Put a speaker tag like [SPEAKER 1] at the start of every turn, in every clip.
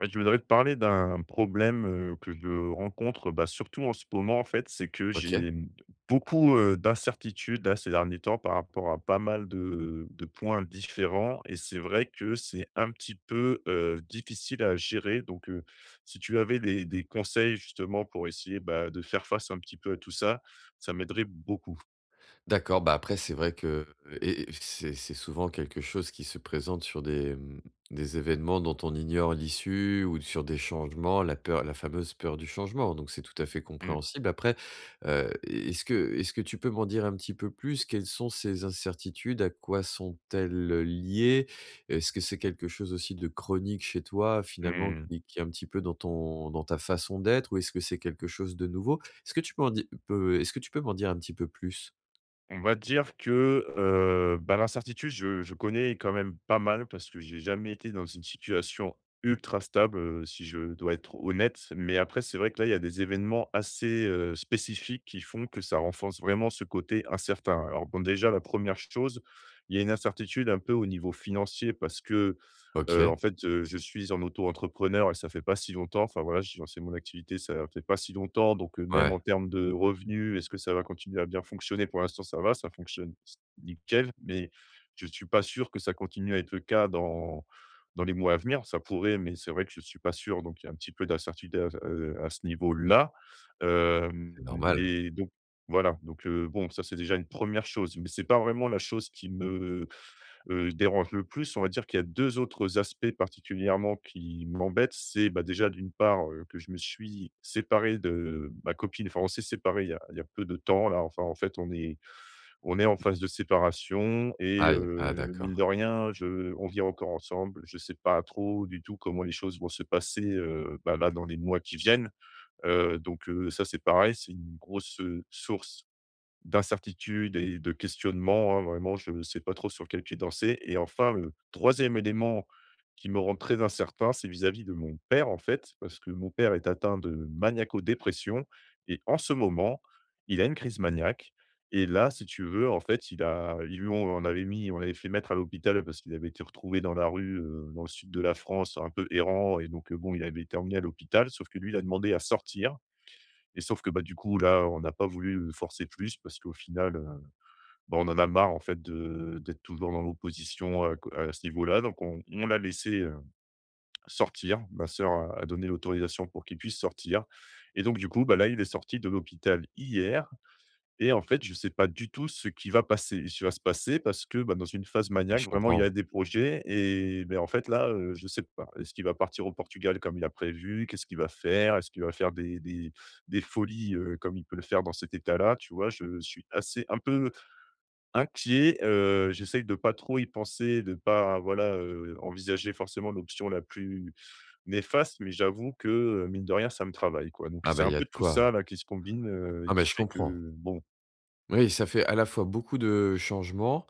[SPEAKER 1] Ouais, je voudrais te parler d'un problème, que je rencontre, bah, surtout en ce moment, en fait. C'est que
[SPEAKER 2] OK.
[SPEAKER 1] j'ai, beaucoup, d'incertitudes, là, ces derniers temps, par rapport à pas mal de points différents et c'est vrai que c'est un petit peu, difficile à gérer donc, si tu avais des conseils, justement, pour essayer, bah, de faire face un petit peu à tout ça, ça m'aiderait beaucoup.
[SPEAKER 2] D'accord, bah, après c'est vrai que et c'est souvent quelque chose qui se présente sur des, des événements dont on ignore l'issue ou sur des changements, la fameuse peur du changement, donc c'est tout à fait
[SPEAKER 1] Mmh.
[SPEAKER 2] compréhensible. Après, est-ce que tu peux m'en dire un petit peu plus? Quelles sont ces incertitudes? À quoi sont-elles liées? Est-ce que c'est quelque chose aussi de chronique chez toi, finalement,
[SPEAKER 1] mh.
[SPEAKER 2] qui est un petit peu dans ta façon d'être, ou est-ce que c'est quelque chose de nouveau? Est-ce que tu peux en di peux est-ce que tu peux m'en dire un petit peu plus?
[SPEAKER 1] On va dire que, bah, l'incertitude, je connais quand même pas mal parce que j'ai jamais été dans une situation ultra stable, si je dois être honnête. Mais après, c'est vrai que là, il y a des événements assez, spécifiques qui font que ça renforce vraiment ce côté incertain. Alors bon, déjà, la première chose, il y a une incertitude un peu au niveau financier parce que,
[SPEAKER 2] OK,
[SPEAKER 1] en fait, je suis en auto-entrepreneur et ça fait pas si longtemps. Enfin voilà, j'ai lancé mon activité, ça fait pas si longtemps donc même
[SPEAKER 2] ouais,
[SPEAKER 1] en termes de revenus, est-ce que ça va continuer à bien fonctionner? Pour l'instant, ça va, ça fonctionne nickel, mais je suis pas sûr que ça continue à être le cas dans les mois à venir. Ça pourrait, mais c'est vrai que je suis pas sûr donc il y a un petit peu d'incertitude à ce niveau-là. Hem
[SPEAKER 2] c'est normal.
[SPEAKER 1] et donc voilà, donc bon, ça, c'est déjà une première chose, mais c'est pas vraiment la chose qui me dérange le plus, on va dire qu'il y a 2 autres aspects particulièrement qui m'embêtent. C'est, bah, déjà d'une part, que je me suis séparé de ma copine, enfin on s'est séparé il y a peu de temps là, enfin en fait on est en phase de séparation et
[SPEAKER 2] Aïe, ah
[SPEAKER 1] mine de
[SPEAKER 2] d'accord.
[SPEAKER 1] rien, je on vit encore ensemble. Je sais pas trop du tout comment les choses vont se passer, bah, là dans les mois qui viennent, donc ça c'est pareil, c'est une grosse, source d'incertitude et de questionnement, hein, vraiment, je ne sais pas trop sur quel pied danser et enfin, le troisième élément qui me rend très incertain, c'est vis-à-vis de mon père, en fait, parce que mon père est atteint de maniaco-dépression et en ce moment, il a une crise maniaque et là, si tu veux, en fait, il a ils lui ont on avait mis on l'avait fait mettre à l'hôpital parce qu'il avait été retrouvé dans la rue, dans le sud de la France, un peu errant et donc, bon, il avait été emmené à l'hôpital, sauf que lui, il a demandé à sortir et sauf que, bah, du coup, là, on n'a pas voulu, forcer plus parce qu'au final, bah, on en a marre en fait de d'être toujours dans l'opposition à ce niveau-là. Donc on l'a laissé, sortir. Ma sœur a donné l'autorisation pour qu'il puisse sortir. Et donc du coup, bah, là, il est sorti de l'hôpital hier et en fait, je sais pas du tout ce qui va se passer parce que, bah, dans une phase
[SPEAKER 2] Ah
[SPEAKER 1] maniaque,
[SPEAKER 2] je
[SPEAKER 1] vraiment, il y
[SPEAKER 2] comprends.
[SPEAKER 1] a des projets et beh, en fait, là, je sais pas. Est-ce qu'il va partir au Portugal comme il a prévu? Qu'est-ce qu'il va faire? Est-ce qu'il va faire des folies, comme il peut le faire dans cet état-là? Tu vois? Je suis assez un peu inquiet, j'essaye de pas trop y penser, de pas, voilà, envisager forcément l'option la plus néfaste, mais j'avoue que, mine de rien, ça me travaille, quoi. Donc
[SPEAKER 2] Ah
[SPEAKER 1] c'est
[SPEAKER 2] bah, il
[SPEAKER 1] un
[SPEAKER 2] y a
[SPEAKER 1] peu
[SPEAKER 2] de
[SPEAKER 1] tout ça,
[SPEAKER 2] quoi.
[SPEAKER 1] là, qui se combine, et
[SPEAKER 2] Ah mais
[SPEAKER 1] qui
[SPEAKER 2] je
[SPEAKER 1] fait
[SPEAKER 2] comprends.
[SPEAKER 1] que bon,
[SPEAKER 2] Oui, ça fait à la fois beaucoup de changements,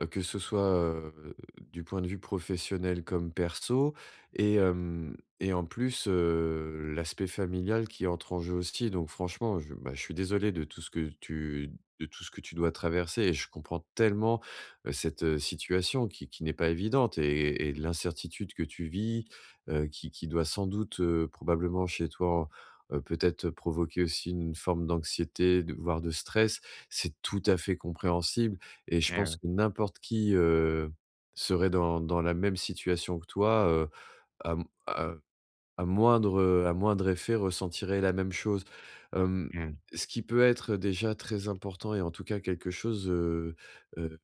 [SPEAKER 2] que ce soit du point de vue professionnel comme perso, et hem, et en plus, l'aspect familial qui entre en jeu aussi. Donc franchement, je suis désolé de tout ce que tu de tout ce que tu dois traverser, et je comprends tellement cette situation qui n'est pas évidente, et l'incertitude que tu vis, qui doit sans doute, probablement, chez toi, peut-être provoquer aussi une forme d'anxiété, de voire de stress. C'est tout à fait compréhensible, et je pense que n'importe qui, serait dans la même situation que toi, à m à à moindre, à moindre effet, ressentirait la même chose. Hem,
[SPEAKER 1] euh,
[SPEAKER 2] ce qui peut être déjà très important, et en tout cas quelque chose heu,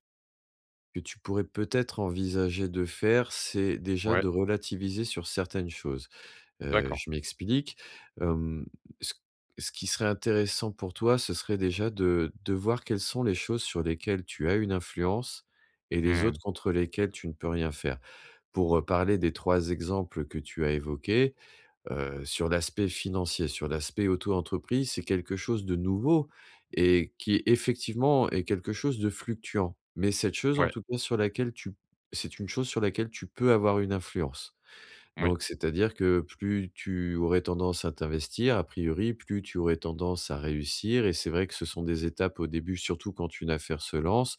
[SPEAKER 2] que tu pourrais peut-être envisager de faire, c'est déjà
[SPEAKER 1] ouais,
[SPEAKER 2] de relativiser sur certaines choses.
[SPEAKER 1] d'accord.
[SPEAKER 2] Je m'explique. Hem, ce ce qui serait intéressant pour toi, ce serait déjà de voir quelles sont les choses sur lesquelles tu as une influence, et les autres
[SPEAKER 1] Mmh.
[SPEAKER 2] contre lesquelles tu ne peux rien faire. Pour parler des 3 exemples que tu as évoqués, sur l'aspect financier, sur l'aspect auto-entreprise, c'est quelque chose de nouveau et qui effectivement est quelque chose de fluctuant. Mais cette chose en
[SPEAKER 1] Ouais,
[SPEAKER 2] tout cas sur laquelle tu c'est une chose sur laquelle tu peux avoir une influence.
[SPEAKER 1] oui,
[SPEAKER 2] Donc, c'est-à-dire que plus tu aurais tendance à t'investir, a priori, plus tu aurais tendance à réussir. Et c'est vrai que ce sont des étapes au début, surtout quand une affaire se lance,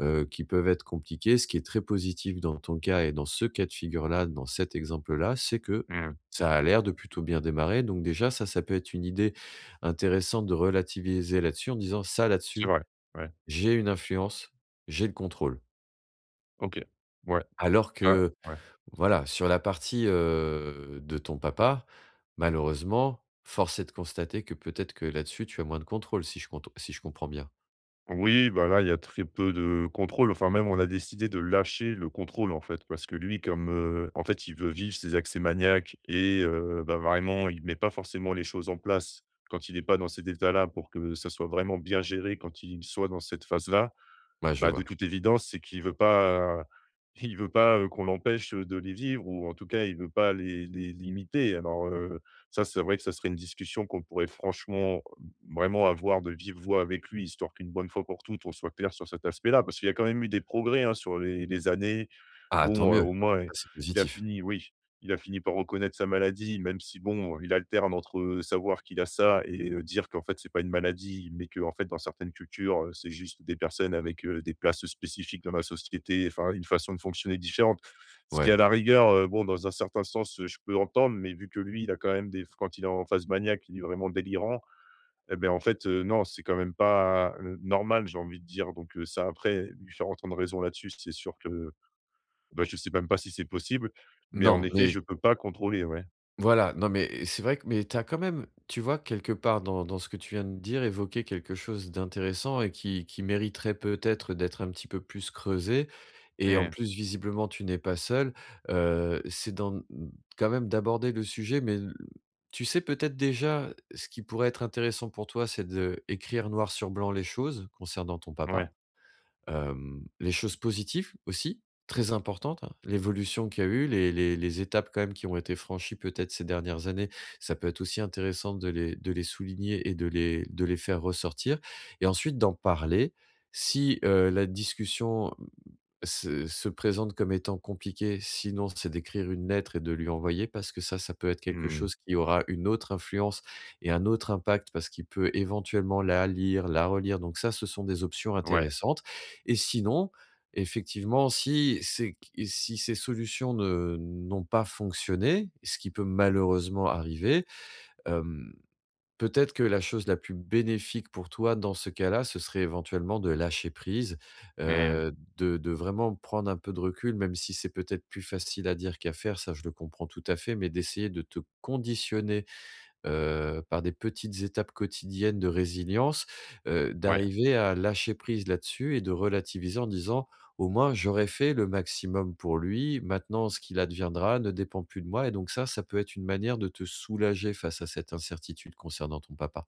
[SPEAKER 2] qui peuvent être compliquées. Ce qui est très positif dans ton cas, et dans ce cas de figure-là, dans cet exemple-là, c'est que
[SPEAKER 1] mmh.
[SPEAKER 2] ça a l'air de plutôt bien démarrer. Donc déjà, ça peut être une idée intéressante, de relativiser là-dessus en disant: «Ça,
[SPEAKER 1] C'est
[SPEAKER 2] là-dessus,
[SPEAKER 1] vrai. Ouais,
[SPEAKER 2] j'ai une influence, j'ai le contrôle».
[SPEAKER 1] OK. Ouais,
[SPEAKER 2] Alors
[SPEAKER 1] ah,
[SPEAKER 2] que
[SPEAKER 1] ouais.
[SPEAKER 2] voilà, sur la partie de ton papa, malheureusement, force est de constater que peut-être que là-dessus, tu as moins de contrôle, si je comprends bien?
[SPEAKER 1] Oui, bah, là, il y a très peu de contrôle. Enfin, même, on a décidé de lâcher le contrôle, en fait, parce que lui, comme, en fait, il veut vivre ses accès maniaques et bah, vraiment, il met pas forcément les choses en place quand il n'est pas dans cet état-là pour que ça soit vraiment bien géré quand il soit dans cette phase-là.
[SPEAKER 2] Ouais, je
[SPEAKER 1] Bah, de
[SPEAKER 2] vois.
[SPEAKER 1] toute évidence, c'est qu'il veut pas qu'on l'empêche, de les vivre ou en tout cas, il veut pas les limiter. Alors, ça, c'est vrai que ça serait une discussion qu'on pourrait franchement, vraiment avoir de vive voix avec lui, histoire qu'une bonne fois pour toutes, on soit clair sur cet aspect-là. Parce qu'il y a quand même eu des progrès, hein, sur les années.
[SPEAKER 2] Ah,
[SPEAKER 1] Bon,
[SPEAKER 2] tant mieux,
[SPEAKER 1] au moins,
[SPEAKER 2] ça, c'est
[SPEAKER 1] il a
[SPEAKER 2] positif.
[SPEAKER 1] fini oui, il a fini par reconnaître sa maladie, même si bon, il alterne entre, savoir qu'il a ça et dire qu'en fait c'est pas une maladie, mais que en fait dans certaines cultures, c'est juste des personnes avec, des places spécifiques dans la société, enfin une façon de fonctionner différente. Ce qui à
[SPEAKER 2] Ouais.
[SPEAKER 1] la rigueur, bon dans un certain sens, je peux entendre, mais vu que lui, il a quand même des quand il est en phase maniaque, il est vraiment délirant. Eh beh, en fait, non, c'est quand même pas, normal, j'ai envie de dire donc ça après lui faire entendre raison là-dessus, c'est sûr que bah, je sais même pas si c'est possible, mais en
[SPEAKER 2] Non,
[SPEAKER 1] effet,
[SPEAKER 2] mais
[SPEAKER 1] je peux pas contrôler, ouais.
[SPEAKER 2] Voilà, non, mais c'est vrai que, mais t'as quand même, tu vois, quelque part dans ce que tu viens de dire, évoqué quelque chose d'intéressant et qui mériterait peut-être d'être un petit peu plus creusé, et en
[SPEAKER 1] Ouais,
[SPEAKER 2] plus, visiblement, tu n'es pas seul. C'est dans quand même d'aborder le sujet, mais l Tu sais peut-être déjà, ce qui pourrait être intéressant pour toi, c'est d'écrire noir sur blanc les choses concernant ton papa.
[SPEAKER 1] ouais.
[SPEAKER 2] Hem, les choses positives aussi, très importantes, hein, l'évolution qu'il y a eu, les étapes quand même qui ont été franchies peut-être ces dernières années, ça peut être aussi intéressant de les souligner et de les faire ressortir, et ensuite d'en parler. Si la discussion se présente comme étant compliqué, sinon c'est d'écrire une lettre et de lui envoyer, parce que ça peut être quelque
[SPEAKER 1] Mmh,
[SPEAKER 2] chose qui aura une autre influence et un autre impact, parce qu'il peut éventuellement la lire, la relire. Donc ça, ce sont des options
[SPEAKER 1] ouais,
[SPEAKER 2] intéressantes. Et sinon, effectivement, si ces solutions ne n'ont pas fonctionné, ce qui peut malheureusement arriver, peut-être que la chose la plus bénéfique pour toi dans ce cas-là, ce serait éventuellement de lâcher prise,
[SPEAKER 1] ouais,
[SPEAKER 2] de vraiment prendre un peu de recul, même si c'est peut-être plus facile à dire qu'à faire, ça je le comprends tout à fait, mais d'essayer de te conditionner par des petites étapes quotidiennes de résilience,
[SPEAKER 1] ouais.
[SPEAKER 2] d'arriver à lâcher prise là-dessus et de relativiser en disant: «Au moins j'aurais fait le maximum pour lui, maintenant ce qu'il adviendra ne dépend plus de moi». Et donc ça peut être une manière de te soulager face à cette incertitude concernant ton papa.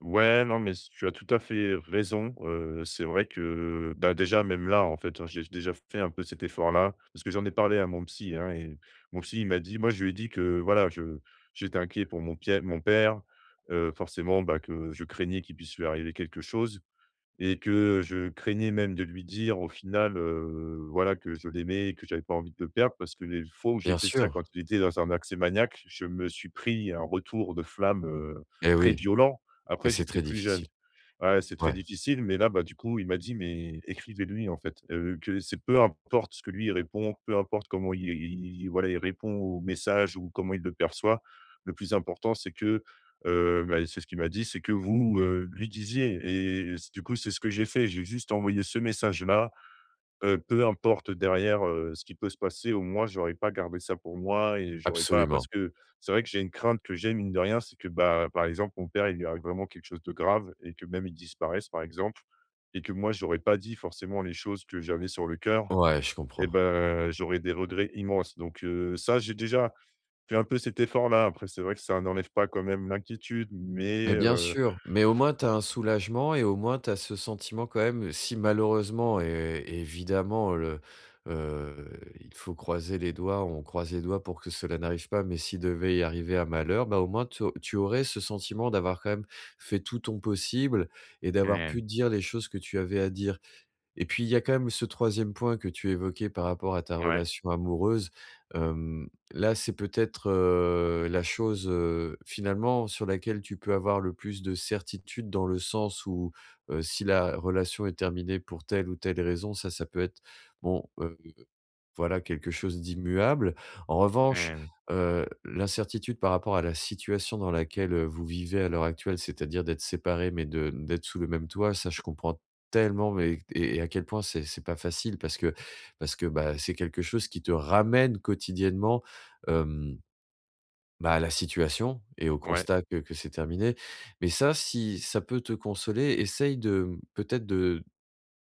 [SPEAKER 1] Ouais, non, mais s tu as tout à fait raison, c'est vrai que, bah, déjà, même là, en fait, hein, j'ai déjà fait un peu cet effort-là, parce que j'en ai parlé à mon psy, hein et mon psy, il m'a dit moi, je lui ai dit que, voilà, je j'étais inquiet pour mon père, forcément, bah, que je craignais qu'il puisse lui arriver quelque chose. Et que je craignais même de lui dire au final, voilà, que je l'aimais et que j'avais pas envie de le perdre parce que les fois où j'ai
[SPEAKER 2] Bien
[SPEAKER 1] fait ça quand
[SPEAKER 2] sûr,
[SPEAKER 1] il était dans un accès maniaque, je me suis pris un retour de flamme,
[SPEAKER 2] et
[SPEAKER 1] très
[SPEAKER 2] oui,
[SPEAKER 1] violent.
[SPEAKER 2] et
[SPEAKER 1] Après,
[SPEAKER 2] c'est
[SPEAKER 1] j'étais
[SPEAKER 2] très
[SPEAKER 1] plus jeune.
[SPEAKER 2] difficile.
[SPEAKER 1] Ouais, c'est très
[SPEAKER 2] Ouais,
[SPEAKER 1] difficile, mais là, bah, du coup, il m'a dit: «Mais écrivez-lui, en fait, que c'est peu importe ce que lui, il répond, peu importe comment voilà, il répond au message ou comment il le perçoit. Le plus important, c'est que» bah, c'est ce qu'il m'a dit, c'est que vous, lui disiez et c du coup, c'est ce que j'ai fait. J'ai juste envoyé ce message-là. Peu importe derrière, ce qui peut se passer, au moins j'aurais pas gardé ça pour moi et j'aurais pas
[SPEAKER 2] absolument.
[SPEAKER 1] parce que c'est vrai que j'ai une crainte que j'ai, mine de rien, c'est que, bah, par exemple, mon père, il lui arrive vraiment quelque chose de grave et que même il disparaisse, par exemple et que moi, j'aurais pas dit forcément les choses que j'avais sur le cœur
[SPEAKER 2] Ouais, je
[SPEAKER 1] et
[SPEAKER 2] comprends.
[SPEAKER 1] ben j'aurais des regrets immenses. Donc ça, j'ai déjà fait un peu cet effort-là. Après, c'est vrai que ça n'enlève pas quand même l'inquiétude, mais
[SPEAKER 2] Mais bien sûr, mais au moins tu as un soulagement, et au moins tu as ce sentiment quand même, si malheureusement, et évidemment, le heu, il faut croiser les doigts, on croise les doigts pour que cela n'arrive pas, mais s'il devait y arriver à malheur, bah, au moins tu aurais ce sentiment d'avoir quand même fait tout ton possible et d'avoir
[SPEAKER 1] Mmh.
[SPEAKER 2] pu dire les choses que tu avais à dire. Et puis, il y a quand même ce troisième point que tu évoquais par rapport à ta
[SPEAKER 1] Ouais.
[SPEAKER 2] relation amoureuse. Hem, là, c'est peut-être la chose finalement, sur laquelle tu peux avoir le plus de certitude, dans le sens où si la relation est terminée pour telle ou telle raison, ça peut être bon, voilà, quelque chose d'immuable. En revanche,
[SPEAKER 1] Mmh.
[SPEAKER 2] l'incertitude par rapport à la situation dans laquelle vous vivez à l'heure actuelle, c'est-à-dire d'être séparés mais de d'être sous le même toit, ça je comprends tellement, et à quel point c'est pas facile, parce que, bah, c'est quelque chose qui te ramène quotidiennement, hem, bah, à la situation et au
[SPEAKER 1] Ouais.
[SPEAKER 2] constat que c'est terminé. Mais ça, si ça peut te consoler, essaye de, mmh, peut-être de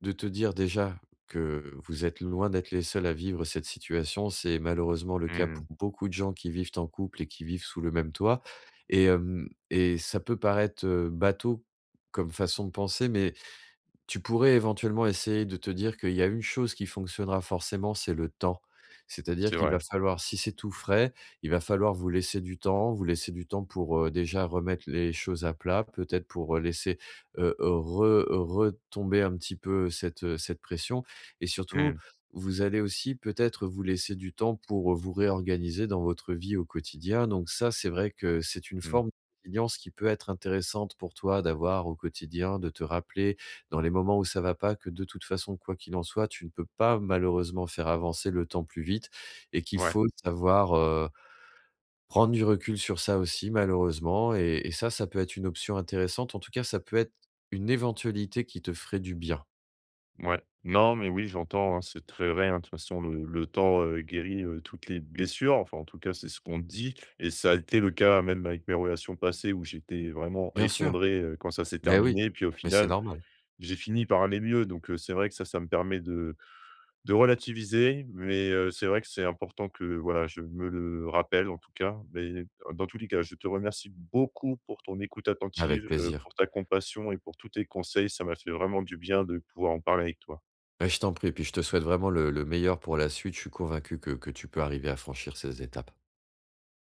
[SPEAKER 2] te dire déjà que vous êtes loin d'être les seuls à vivre cette situation, c'est malheureusement le cas pour
[SPEAKER 1] Mmh.
[SPEAKER 2] beaucoup de gens qui vivent en couple et qui vivent sous le même toit, et hem, et ça peut paraître bateau comme façon de penser, mais tu pourrais éventuellement essayer de te dire qu'il y a une chose qui fonctionnera forcément, c'est le temps. C'est-à-dire
[SPEAKER 1] C'est
[SPEAKER 2] qu'il va
[SPEAKER 1] vrai.
[SPEAKER 2] falloir, si c'est tout frais, il va falloir vous laisser du temps, vous laisser du temps pour déjà remettre les choses à plat, peut-être pour laisser retomber un petit peu cette cette pression. Et surtout,
[SPEAKER 1] Mmh.
[SPEAKER 2] vous allez aussi peut-être vous laisser du temps pour vous réorganiser dans votre vie au quotidien. Donc ça, c'est vrai que c'est une
[SPEAKER 1] Mmh.
[SPEAKER 2] forme de résilience qui peut être intéressante pour toi d'avoir au quotidien, de te rappeler dans les moments où ça va pas, que de toute façon, quoi qu'il en soit, tu ne peux pas malheureusement faire avancer le temps plus vite, et qu'il
[SPEAKER 1] Ouais.
[SPEAKER 2] faut savoir prendre du recul sur ça aussi, malheureusement. Et ça, ça peut être une option intéressante. En tout cas, ça peut être une éventualité qui te ferait du bien.
[SPEAKER 1] Ouais. Non, mais oui, j'entends, hein, c'est très vrai, hein. De toute façon, le temps, guérit, toutes les blessures. Enfin, en tout cas, c'est ce qu'on dit et ça a été le cas même avec mes relations passées où j'étais vraiment
[SPEAKER 2] Bien sûr,
[SPEAKER 1] effondré, quand ça s'est
[SPEAKER 2] mais oui,
[SPEAKER 1] terminé. Puis au
[SPEAKER 2] mais c'est
[SPEAKER 1] final,
[SPEAKER 2] normal.
[SPEAKER 1] j'ai fini par aller mieux. Donc, c'est vrai que ça me permet de relativiser. Mais, c'est vrai que c'est important que, voilà, je me le rappelle en tout cas. Mais dans tous les cas, je te remercie beaucoup pour ton écoute
[SPEAKER 2] Avec
[SPEAKER 1] attentive,
[SPEAKER 2] plaisir.
[SPEAKER 1] pour ta compassion et pour tous tes conseils. Ça m'a fait vraiment du bien de pouvoir en parler avec toi.
[SPEAKER 2] Mais je t'en prie, puis je te souhaite vraiment le meilleur pour la suite. Je suis convaincu que tu peux arriver à franchir ces étapes.